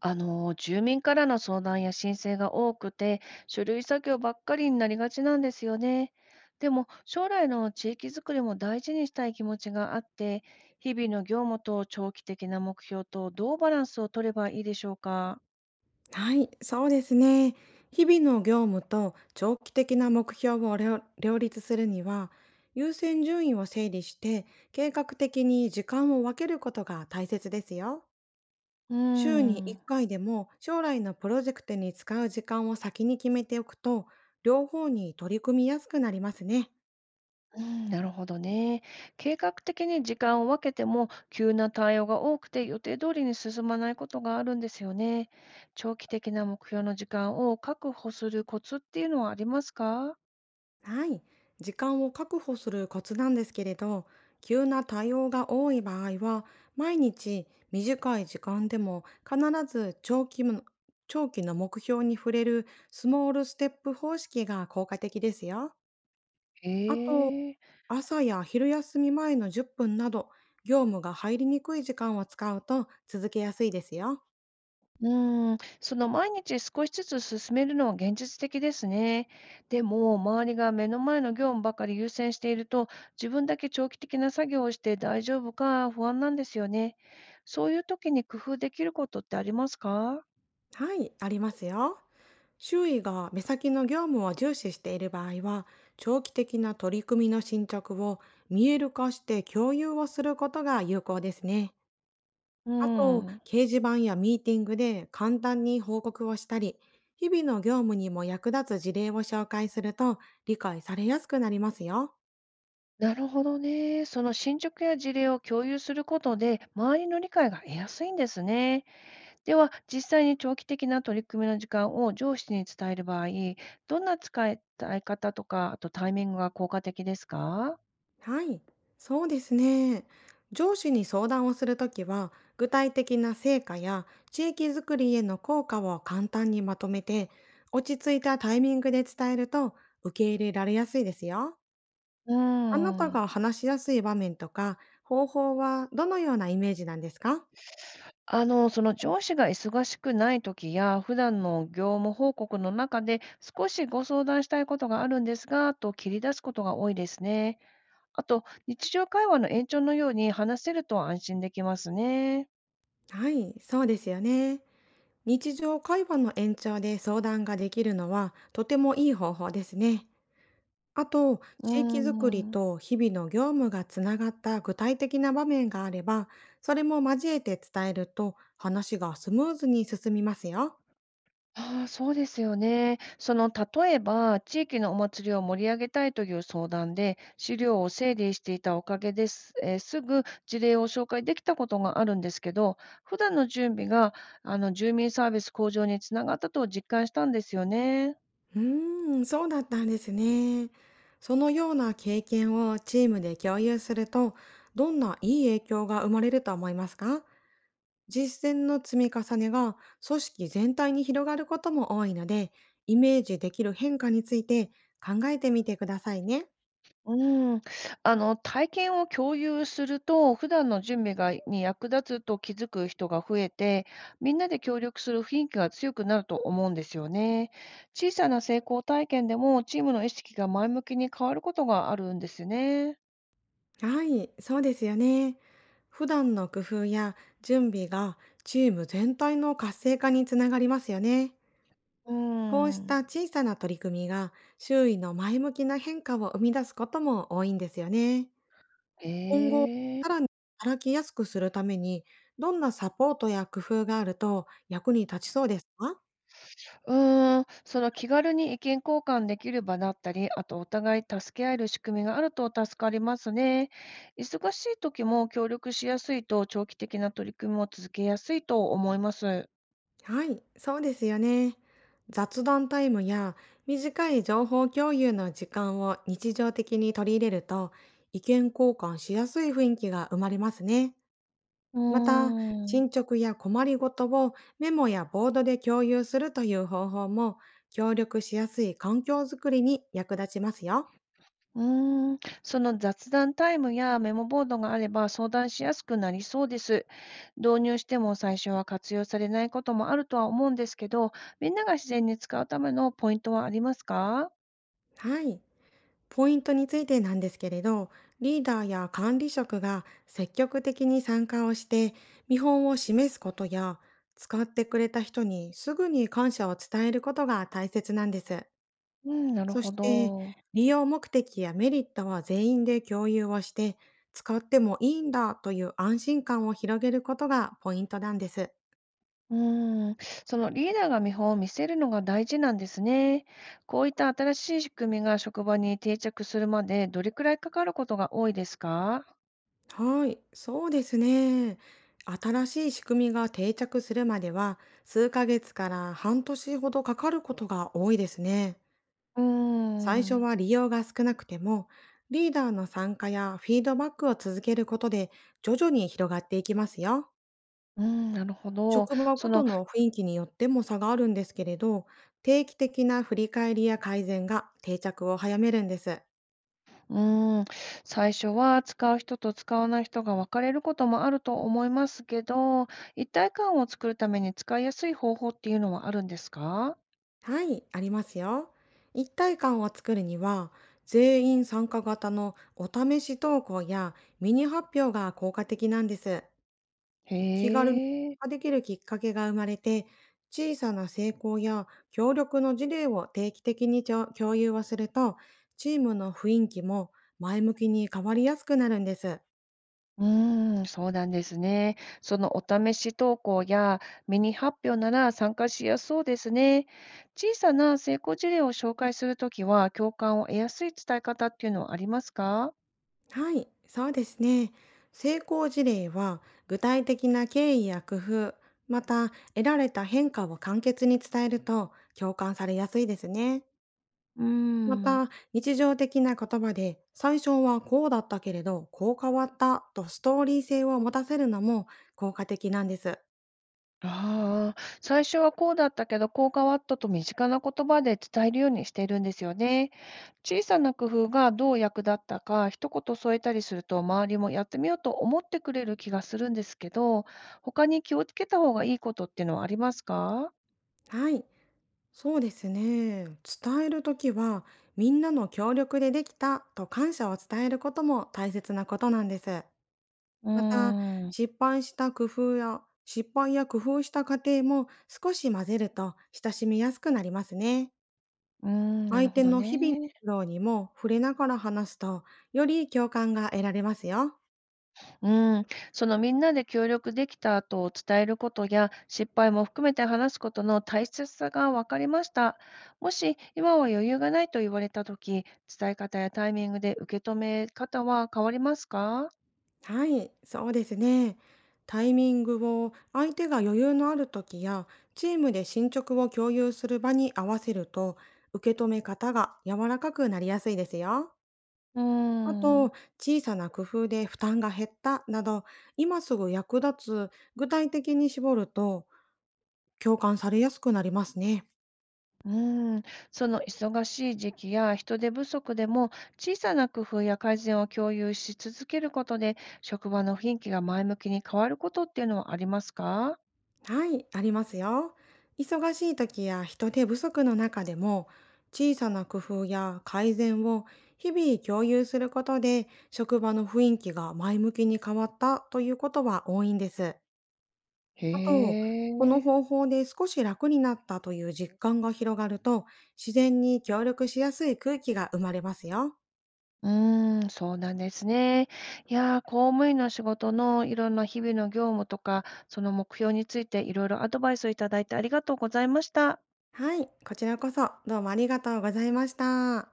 住民からの相談や申請が多くて、書類作業ばっかりになりがちなんですよね。でも、将来の地域づくりも大事にしたい気持ちがあって、日々の業務と長期的な目標とどうバランスを取ればいいでしょうか。はい、そうですね。日々の業務と長期的な目標を両両立するには、優先順位を整理して計画的に時間を分けることが大切ですよ。うー週に1ん、回でも将来のプロジェクトに使う時間を先に決めておくと、両方に取り組みやすくなりますね。うん、なるほどね。計画的に時間を分けても、急な対応が多くて予定通りに進まないことがあるんですよね。長期的な目標の時間を確保するコツっていうのはありますか？はい。時間を確保するコツなんですけれど、急な対応が多い場合は、毎日短い時間でも必ず長期の目標に触れるスモールステップ方式が効果的ですよ。あと、ええ、朝や昼休み前の10分など、業務が入りにくい時間を使うと続けやすいですよ。うん、その毎日少しずつ進めるのは現実的ですね。でも、周りが目の前の業務ばかり優先していると、自分だけ長期的な作業をして大丈夫か不安なんですよね。そういう時に工夫できることってありますか？はい、ありますよ。周囲が目先の業務を重視している場合は、長期的な取り組みの進捗を見える化して共有をすることが有効ですね。うあと、ん、掲示板やミーティングで簡単に報告をしたり、日々の業務にも役立つ事例を紹介すると理解されやすくなりますよ。なるほどね。その進捗や事例を共有することで、周りの理解が得やすいんですね。では、実際に長期的な取り組みの時間を上司に伝える場合、どんな伝え方とか、あとタイミングが効果的ですか？はい、そうですね。上司に相談をするときは、具体的な成果や地域づくりへの効果を簡単にまとめて、落ち着いたタイミングで伝えると受け入れられやすいですよ。うーあなたん。が話しやすい場面とか方法はどのようなイメージなんですか？その上司が忙しくない時や、普段の業務報告の中で、少しご相談したいことがあるんですが、と切り出すことが多いですね。あと、日常会話の延長のように話せると安心できますね。はい、そうですよね。日常会話の延長で相談ができるのはとてもいい方法ですね。あと、うー地域づくりん。と日々の業務がつながった具体的な場面があれば、それも交えて伝えると話がスムーズに進みますよ。ああ、そうですよね。その、例えば、地域のお祭りを盛り上げたいという相談で、資料を整理していたおかげです。すぐ事例を紹介できたことがあるんですけど、普段の準備が、住民サービス向上につながったと実感したんですよね。うーん、そうだったんですね。そのような経験をチームで共有すると、どんないい影響が生まれると思いますか？実践の積み重ねが組織全体に広がることも多いので、イメージできる変化について考えてみてくださいね。うん、体験を共有すると、普段の準備がに役立つと気づく人が増えて、みんなで協力する雰囲気が強くなると思うんですよね。小さな成功体験でもチームの意識が前向きに変わることがあるんですね。はい、そうですよね。普段の工夫や準備がチーム全体の活性化につながりますよね。うこうしたん。小さな取り組みが周囲の前向きな変化を生み出すことも多いんですよね。今後、へえ。さらに働きやすくするために、どんなサポートや工夫があると役に立ちそうですか？うーん、その気軽に意見交換できる場だったり、あとお互い助け合える仕組みがあると助かりますね。忙しい時も協力しやすいと、長期的な取り組みも続けやすいと思います。はい、そうですよね。雑談タイムや短い情報共有の時間を日常的に取り入れると意見交換しやすい雰囲気が生まれますね。うーまた、ん。進捗や困りごとをメモやボードで共有するという方法も協力しやすい環境づくりに役立ちますよ。うーん、その雑談タイムやメモボードがあれば相談しやすくなりそうです。導入しても最初は活用されないこともあるとは思うんですけど、みんなが自然に使うためのポイントはありますか？はい。ポイントについてなんですけれど、リーダーや管理職が積極的に参加をして、見本を示すことや、使ってくれた人にすぐに感謝を伝えることが大切なんです。うん、なるそほして、ど。利用目的やメリットは全員で共有をして、使ってもいいんだという安心感を広げることがポイントなんです。うーん、そのリーダーが見本を見せるのが大事なんですね。こういった新しい仕組みが職場に定着するまでどれくらいかかることが多いですか？はい、そうですね。新しい仕組みが定着するまでは、数ヶ月から半年ほどかかることが多いですね。うー最初ん。は利用が少なくても、リーダーの参加やフィードバックを続けることで、徐々に広がっていきますよ。うん、なるほど。職場ごそとの、の雰囲気によっても差があるんですけれど、定期的な振り返りや改善が定着を早めるんです。うーん、最初は使う人と使わない人が分かれることもあると思いますけど、一体感を作るために使いやすい方法っていうのはあるんですか？はい、ありますよ。一体感を作るには、全員参加型のお試し投稿やミニ発表が効果的なんです。へ気軽にえ。参加できるきっかけが生まれて、小さな成功や協力の事例を定期的に共有をすると、チームの雰囲気も前向きに変わりやすくなるんです。うーん、そうなんですね。そのお試し投稿やミニ発表なら参加しやすそうですね。小さな成功事例を紹介するときは共感を得やすい伝え方っていうのはありますか？はい、そうですね。成功事例は具体的な経緯や工夫、また得られた変化を簡潔に伝えると共感されやすいですね。うーまん、た日常的な言葉で最初はこうだったけれどこう変わったとストーリー性を持たせるのも効果的なんです。ああ、最初はこうだったけど、こう変わったと身近な言葉で伝えるようにしているんですよね。小さな工夫がどう役立ったか、一言添えたりすると、周りもやってみようと思ってくれる気がするんですけど、他に気をつけた方がいいことっていうのはありますか？はい、そうですね。伝えるときはみんなの協力でできたと感謝を伝えることも大切なことなんです。うーまた、ん。失敗した工夫や、失敗や工夫した過程も少し混ぜると親しみやすくなりますね。うーん、なる相ほ手どの日々のね。苦労にも触れながら話すと、より共感が得られますよ。うーん、そのみんなで協力できた後を伝えることや、失敗も含めて話すことの大切さが分かりました。もし今は余裕がないと言われた時、伝え方やタイミングで受け止め方は変わりますか？はい、そうですね。タイミングを相手が余裕のある時や、チームで進捗を共有する場に合わせると、受け止め方が柔らかくなりやすいですよ。うーあん。と、小さな工夫で負担が減ったなど、今すぐ役立つ具体的に絞ると共感されやすくなりますね。うーん、その忙しい時期や人手不足でも小さな工夫や改善を共有し続けることで職場の雰囲気が前向きに変わることっていうのはありますか？はい、ありますよ。忙しい時や人手不足の中でも、小さな工夫や改善を日々共有することで、職場の雰囲気が前向きに変わったということは多いんです。へあと、このえ。方法で少し楽になったという実感が広がると、自然に協力しやすい空気が生まれますよ。うーん、そうなんですね。いやー、公務員の仕事のいろんな日々の業務とか、その目標についていろいろアドバイスをいただいてありがとうございました。はい、こちらこそどうもありがとうございました。